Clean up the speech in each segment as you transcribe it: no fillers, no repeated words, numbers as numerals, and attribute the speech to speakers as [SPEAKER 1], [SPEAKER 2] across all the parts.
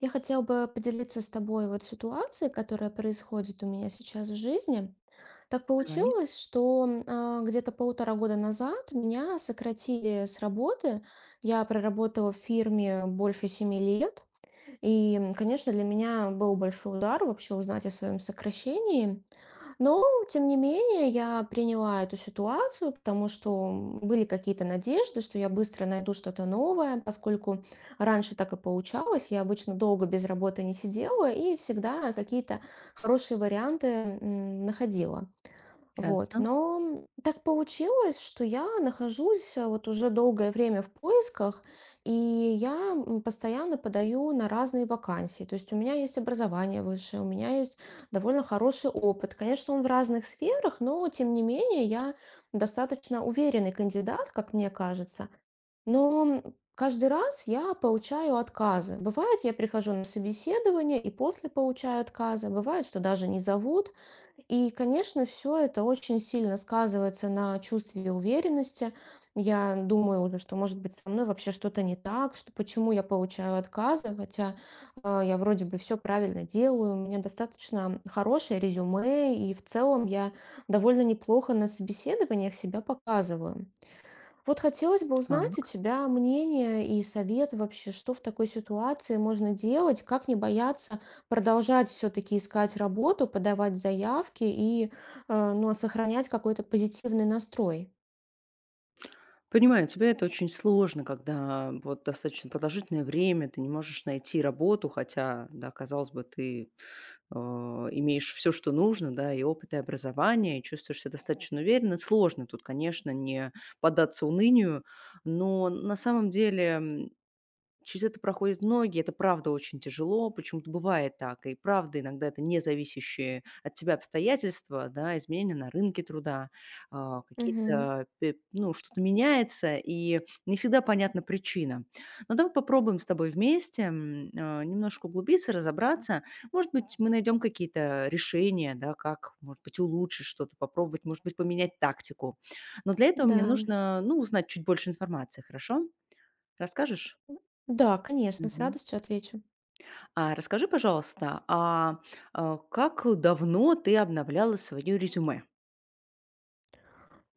[SPEAKER 1] Я хотела бы поделиться с тобой вот ситуацией, которая происходит у меня сейчас в жизни. Так
[SPEAKER 2] Давай,
[SPEAKER 1] получилось, что где-то полтора года назад меня сократили с работы. Я проработала в фирме больше семи лет. И конечно, для меня был большой удар вообще узнать о своем сокращении. Но, тем не менее, я приняла эту ситуацию, потому что были какие-то надежды, что я быстро найду что-то новое, поскольку раньше так и получалось. Я обычно долго без работы не сидела и всегда какие-то хорошие варианты находила. Вот,
[SPEAKER 2] ясно.
[SPEAKER 1] но так получилось, что я нахожусь вот уже долгое время в поисках, и я постоянно подаю на разные вакансии. То есть у меня есть образование высшее, у меня есть довольно хороший опыт. Конечно, он в разных сферах, но тем не менее я достаточно уверенный кандидат, как мне кажется. Но каждый раз я получаю отказы. Бывает, я прихожу на собеседование и после получаю отказы. Бывает, что даже не зовут. И, конечно, все это очень сильно сказывается на чувстве уверенности. Я думаю уже, что, может быть, со мной вообще что-то не так, что почему я получаю отказы, хотя, я вроде бы все правильно делаю, у меня достаточно хорошее резюме, и в целом я довольно неплохо на собеседованиях себя показываю. Вот хотелось бы узнать у
[SPEAKER 2] Так.
[SPEAKER 1] тебя мнение и совет вообще, что в такой ситуации можно делать, как не бояться продолжать все-таки искать работу, подавать заявки и сохранять какой-то позитивный настрой.
[SPEAKER 2] Понимаю, тебе это очень сложно, когда вот достаточно продолжительное время ты не можешь найти работу, хотя, да, казалось бы, ты имеешь все, что нужно, да, и опыт, и образование, и чувствуешь себя достаточно уверенно. Сложно тут, конечно, не поддаться унынию, но на самом деле через это проходят многие. Это правда очень тяжело. Почему-то бывает так. И правда, иногда это не зависящие от тебя обстоятельства, да, изменения на рынке труда,
[SPEAKER 1] Мгм.
[SPEAKER 2] какие-то, ну, что-то меняется, и не всегда понятна причина. Но давай попробуем с тобой вместе немножко углубиться, разобраться. Может быть, мы найдем какие-то решения, да, как, может быть, улучшить что-то, попробовать, может быть, поменять тактику. Но для этого мне
[SPEAKER 1] Да,
[SPEAKER 2] нужно, ну, узнать чуть больше информации, хорошо? Расскажешь?
[SPEAKER 1] да, конечно, с
[SPEAKER 2] Мгм.
[SPEAKER 1] радостью отвечу.
[SPEAKER 2] А расскажи, пожалуйста, как давно ты обновляла своё резюме?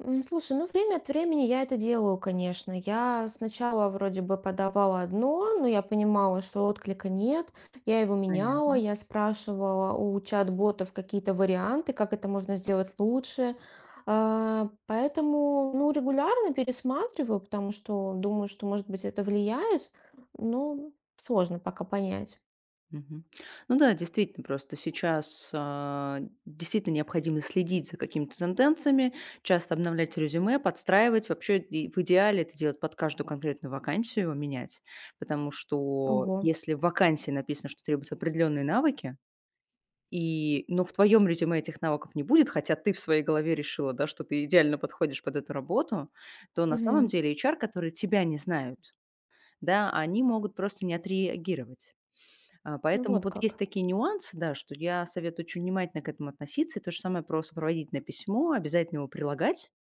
[SPEAKER 1] Слушай, ну время от времени я это делаю, конечно. Я сначала вроде бы подавала одно, но я понимала, что отклика нет. Я его меняла,
[SPEAKER 2] Понятно.
[SPEAKER 1] я спрашивала у чат-ботов какие-то варианты, как это можно сделать лучше. Поэтому, ну, регулярно пересматриваю, потому что думаю, что, может быть, это влияет, но сложно пока понять.
[SPEAKER 2] Мгм. Ну да, действительно, просто сейчас, действительно необходимо следить за какими-то тенденциями, часто обновлять резюме, подстраивать. Вообще, и в идеале это делать под каждую конкретную вакансию, его менять. Потому что
[SPEAKER 1] Ого.
[SPEAKER 2] если в вакансии написано, что требуются определенные навыки, но в твоем резюме этих навыков не будет, хотя ты в своей голове решила, да, что ты идеально подходишь под эту работу, то на самом
[SPEAKER 1] Мгм.
[SPEAKER 2] деле HR, которые тебя не знают, да, они могут просто не отреагировать. Поэтому
[SPEAKER 1] Вот
[SPEAKER 2] вот есть
[SPEAKER 1] как.
[SPEAKER 2] такие нюансы, да, что я советую очень внимательно к этому относиться. И то же самое про сопроводительное письмо, обязательно его прилагать,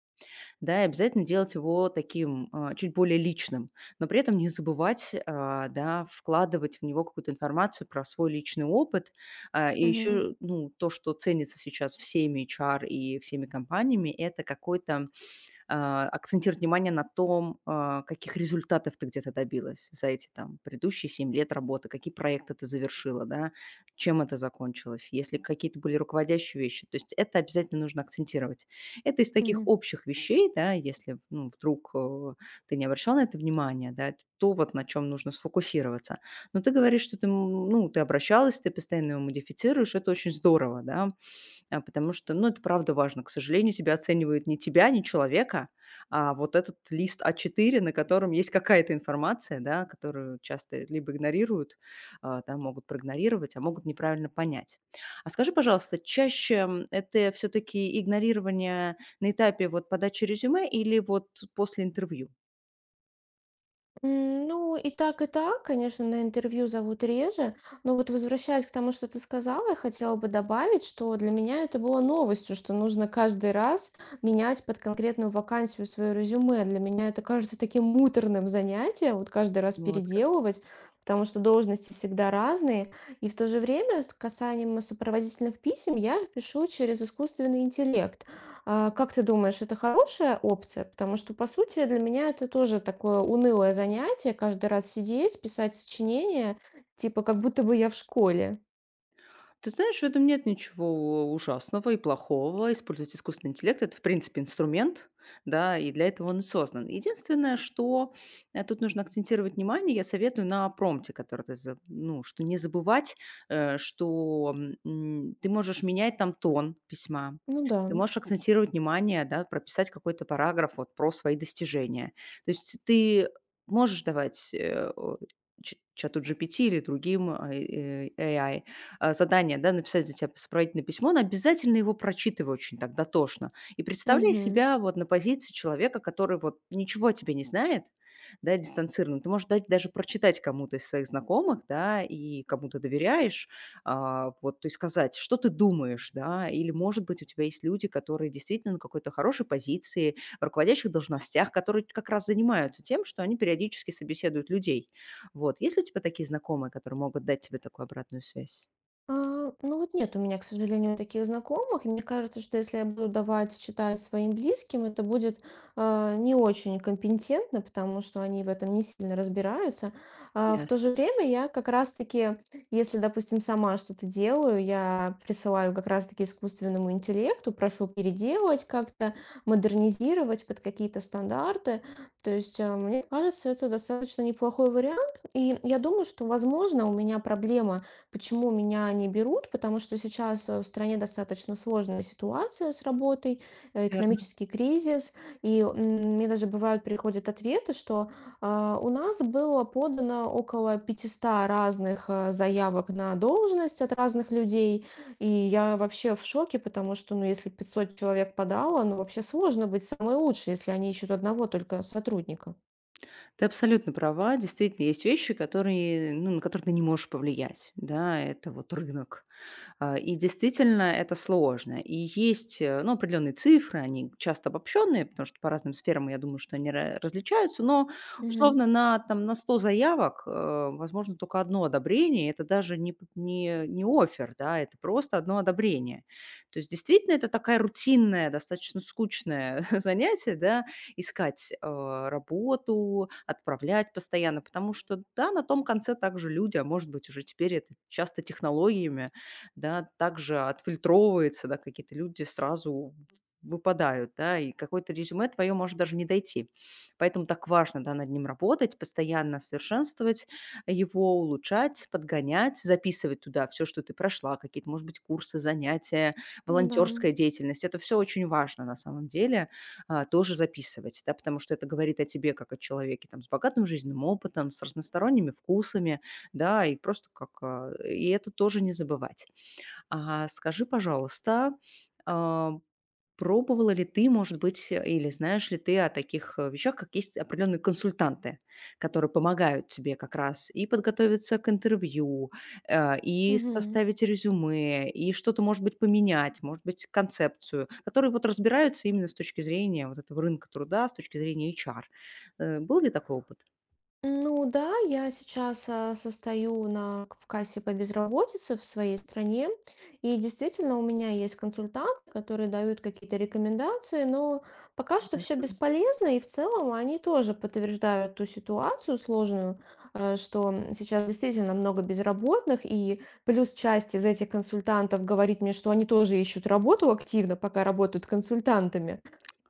[SPEAKER 2] да, и обязательно делать его таким, чуть более личным, но при этом не забывать, да, вкладывать в него какую-то информацию про свой личный опыт. И
[SPEAKER 1] Мгм.
[SPEAKER 2] еще, ну, то, что ценится сейчас всеми HR и всеми компаниями, это какой-то, акцентировать внимание на том, каких результатов ты где-то добилась за эти там предыдущие 7 лет работы, какие проекты ты завершила, да, чем это закончилось, если какие-то были руководящие вещи. То есть это обязательно нужно акцентировать. Это из таких
[SPEAKER 1] Мгм.
[SPEAKER 2] общих вещей, да, если ну, вдруг ты не обращал на это внимания, да, это то вот на чем нужно сфокусироваться. Но ты говоришь, что ты обращалась, ты постоянно его модифицируешь, это очень здорово, да, потому что, ну, это правда важно. К сожалению, тебя оценивают не тебя, не человека, а вот этот лист А4, на котором есть какая-то информация, да, которую часто либо игнорируют, да, могут проигнорировать, а могут неправильно понять. А скажи, пожалуйста, чаще это все-таки игнорирование на этапе вот подачи резюме или вот после интервью?
[SPEAKER 1] Ну, и так, конечно, на интервью зовут реже, но, вот возвращаясь к тому, что ты сказала, я хотела бы добавить, что для меня это было новостью, что нужно каждый раз менять под конкретную вакансию свое резюме. Для меня это кажется таким муторным занятием, вот каждый раз
[SPEAKER 2] Вот.
[SPEAKER 1] переделывать, потому что должности всегда разные. И в то же время, с касанием сопроводительных писем, я их пишу через искусственный интеллект. А как ты думаешь, это хорошая опция? Потому что, по сути, для меня это тоже такое унылое занятие, каждый раз сидеть, писать сочинения, типа как будто бы я в школе.
[SPEAKER 2] Ты знаешь, в этом нет ничего ужасного и плохого. Использовать искусственный интеллект — это, в принципе, инструмент, да, и для этого он и создан. Единственное, что тут нужно акцентировать внимание, я советую на промпте, который ты, ну, что не забывать, что, ты можешь менять там тон письма,
[SPEAKER 1] Ну да.
[SPEAKER 2] ты можешь акцентировать внимание, да, прописать какой-то параграф вот про свои достижения. То есть ты можешь давать, чату GPT или другим AI задание, да, написать за тебя сопроводительное письмо, но обязательно его прочитывай очень так дотошно. И представляй
[SPEAKER 1] Мгм.
[SPEAKER 2] себя вот на позиции человека, который вот ничего о тебе не знает, да, дистанцированно. Ты можешь дать даже прочитать кому-то из своих знакомых, да, и кому то доверяешь, вот, то есть сказать, что ты думаешь, да, или, может быть, у тебя есть люди, которые действительно на какой-то хорошей позиции, в руководящих должностях, которые как раз занимаются тем, что они периодически собеседуют людей. Вот, есть ли у тебя такие знакомые, которые могут дать тебе такую обратную связь?
[SPEAKER 1] Ну вот нет у меня, к сожалению, таких знакомых. И мне кажется, что если я буду давать читать своим близким, это будет не очень компетентно, потому что они в этом не сильно разбираются. А в то же
[SPEAKER 2] Ясно,
[SPEAKER 1] время я как раз-таки, если, допустим, сама что-то делаю, я присылаю как раз-таки искусственному интеллекту, прошу переделать как-то, модернизировать под какие-то стандарты. То есть, мне кажется, это достаточно неплохой вариант. И я думаю, что, возможно, у меня проблема. Почему меня не берут? Потому что сейчас в стране достаточно сложная ситуация с работой,
[SPEAKER 2] верно.
[SPEAKER 1] экономический кризис, и мне даже бывают приходят ответы, что у нас было подано около 500 разных заявок на должность от разных людей, и я вообще в шоке, потому что, ну, если 500 человек подало, ну, вообще сложно быть самой лучшей, если они ищут одного только сотрудника.
[SPEAKER 2] Ты абсолютно права. Действительно, есть вещи, которые, ну, на которые ты не можешь повлиять. Да, это вот рынок. И действительно, это сложно. И есть, ну, определенные цифры, они часто обобщенные, потому что по разным сферам, я думаю, что они различаются, но
[SPEAKER 1] Мгм.
[SPEAKER 2] условно на 100 заявок, возможно, только одно одобрение, это даже не, п- не, не офер, да, это просто одно одобрение. То есть действительно это такая рутинная, достаточно скучное занятие, да, искать работу, отправлять постоянно, потому что, да, на том конце также люди, а может быть уже теперь это часто технологиями, да, также отфильтровывается, да, какие-то люди сразу выпадают, да, и какое-то резюме твое может даже не дойти. Поэтому так важно, да, над ним работать, постоянно совершенствовать его, улучшать, подгонять, записывать туда все, что ты прошла, какие-то, может быть, курсы, занятия,
[SPEAKER 1] Да.
[SPEAKER 2] волонтерская деятельность. Это все очень важно на самом деле, тоже записывать, да, потому что это говорит о тебе как о человеке там с богатым жизненным опытом, с разносторонними вкусами, да, и просто как, и это тоже не забывать. А скажи, пожалуйста, а, пробовала ли ты, может быть, или знаешь ли ты о таких вещах, как есть определенные консультанты, которые помогают тебе как раз и подготовиться к интервью, и
[SPEAKER 1] Мгм.
[SPEAKER 2] составить резюме, и что-то, может быть, поменять, может быть, концепцию, которые вот разбираются именно с точки зрения вот этого рынка труда, с точки зрения HR. Был ли такой опыт?
[SPEAKER 1] Ну да, я сейчас состою на, в кассе по безработице в своей стране, и действительно у меня есть консультанты, которые дают какие-то рекомендации, но пока что все
[SPEAKER 2] Ясно.
[SPEAKER 1] бесполезно, и в целом они тоже подтверждают ту ситуацию сложную, что сейчас действительно много безработных, и плюс часть из этих консультантов говорит мне, что они тоже ищут работу активно, пока работают консультантами.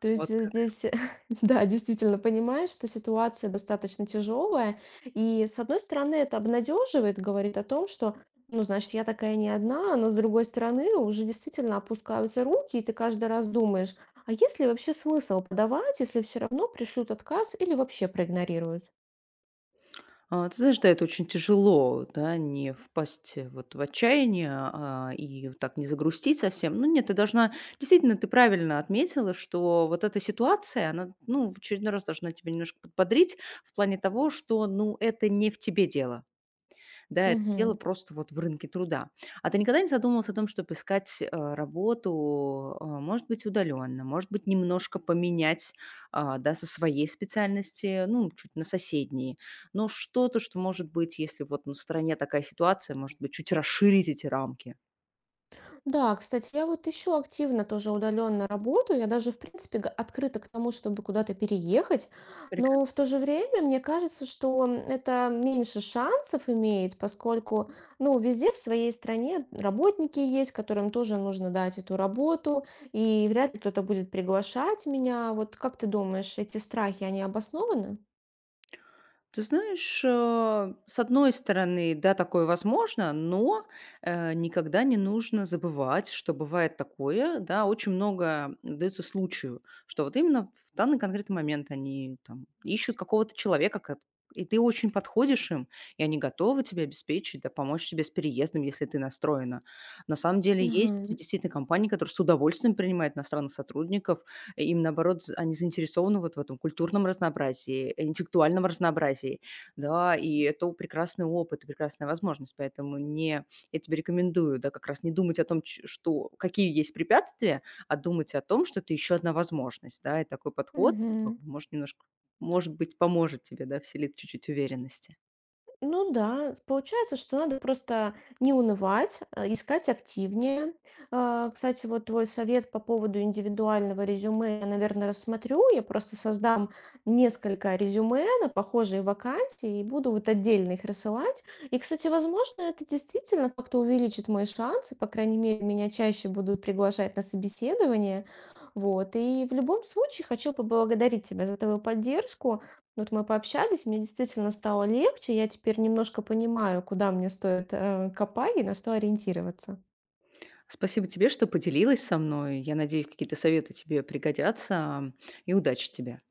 [SPEAKER 1] То есть
[SPEAKER 2] Вот.
[SPEAKER 1] э, здесь Да, действительно, понимаешь, что ситуация достаточно тяжелая. И с одной стороны, это обнадеживает, говорит о том, что, ну, значит, я такая не одна, но с другой стороны, уже действительно опускаются руки, и ты каждый раз думаешь, а есть ли вообще смысл подавать, если все равно пришлют отказ или вообще проигнорируют?
[SPEAKER 2] Ты знаешь, да, это очень тяжело, да, не впасть, вот в отчаяние, и вот так не загрустить совсем. Ну нет, ты должна, действительно, ты правильно отметила, что вот эта ситуация, она, ну, в очередной раз должна тебя немножко подбодрить в плане того, что, ну, это не в тебе дело. Да, это дело
[SPEAKER 1] Мгм.
[SPEAKER 2] просто вот в рынке труда. А ты никогда не задумывался о том, чтобы искать, работу, может быть, удаленно, может быть, немножко поменять, да, со своей специальности, ну, чуть на соседние, но что-то, что, может быть, если вот, ну, в стране такая ситуация, может быть, чуть расширить эти рамки?
[SPEAKER 1] Да, кстати, я вот еще активно тоже удаленно работаю. Я даже, в принципе, открыта к тому, чтобы куда-то переехать. Но в
[SPEAKER 2] Прекрасно.
[SPEAKER 1] то же время мне кажется, что это меньше шансов имеет, поскольку, ну, везде в своей стране работники есть, которым тоже нужно дать эту работу, и вряд ли кто-то будет приглашать меня. Вот как ты думаешь, эти страхи, они обоснованы?
[SPEAKER 2] Ты знаешь, с одной стороны, да, такое возможно, но никогда не нужно забывать, что бывает такое, да, очень много дается случаю, что вот именно в данный конкретный момент они там ищут какого-то человека, и ты очень подходишь им, и они готовы тебе обеспечить, да, помочь тебе с переездом, если ты настроена. На самом деле есть
[SPEAKER 1] Мгм.
[SPEAKER 2] действительно компании, которые с удовольствием принимают иностранных сотрудников, им, наоборот, з они заинтересованы вот в этом культурном разнообразии, интеллектуальном разнообразии, да, и это прекрасный опыт и прекрасная возможность. Поэтому не я тебе рекомендую, да, как раз не думать о том, ч что какие есть препятствия, а думать о том, что это еще одна возможность, да. И такой подход, ну,
[SPEAKER 1] Мгм.
[SPEAKER 2] как бы, может, немножко, может быть, поможет тебе, да, вселит чуть-чуть уверенности.
[SPEAKER 1] Ну да, получается, что надо просто не унывать, искать активнее. Кстати, вот твой совет по поводу индивидуального резюме я, наверное, рассмотрю. Я просто создам несколько резюме на похожие вакансии и буду вот отдельно их рассылать. И, кстати, возможно, это действительно как-то увеличит мои шансы. По крайней мере, меня чаще будут приглашать на собеседование. Вот. И в любом случае хочу поблагодарить тебя за твою поддержку. Вот мы пообщались, мне действительно стало легче. Я теперь немножко понимаю, куда мне стоит, копать и на что ориентироваться.
[SPEAKER 2] Спасибо тебе, что поделилась со мной. Я надеюсь, какие-то советы тебе пригодятся, и удачи тебе.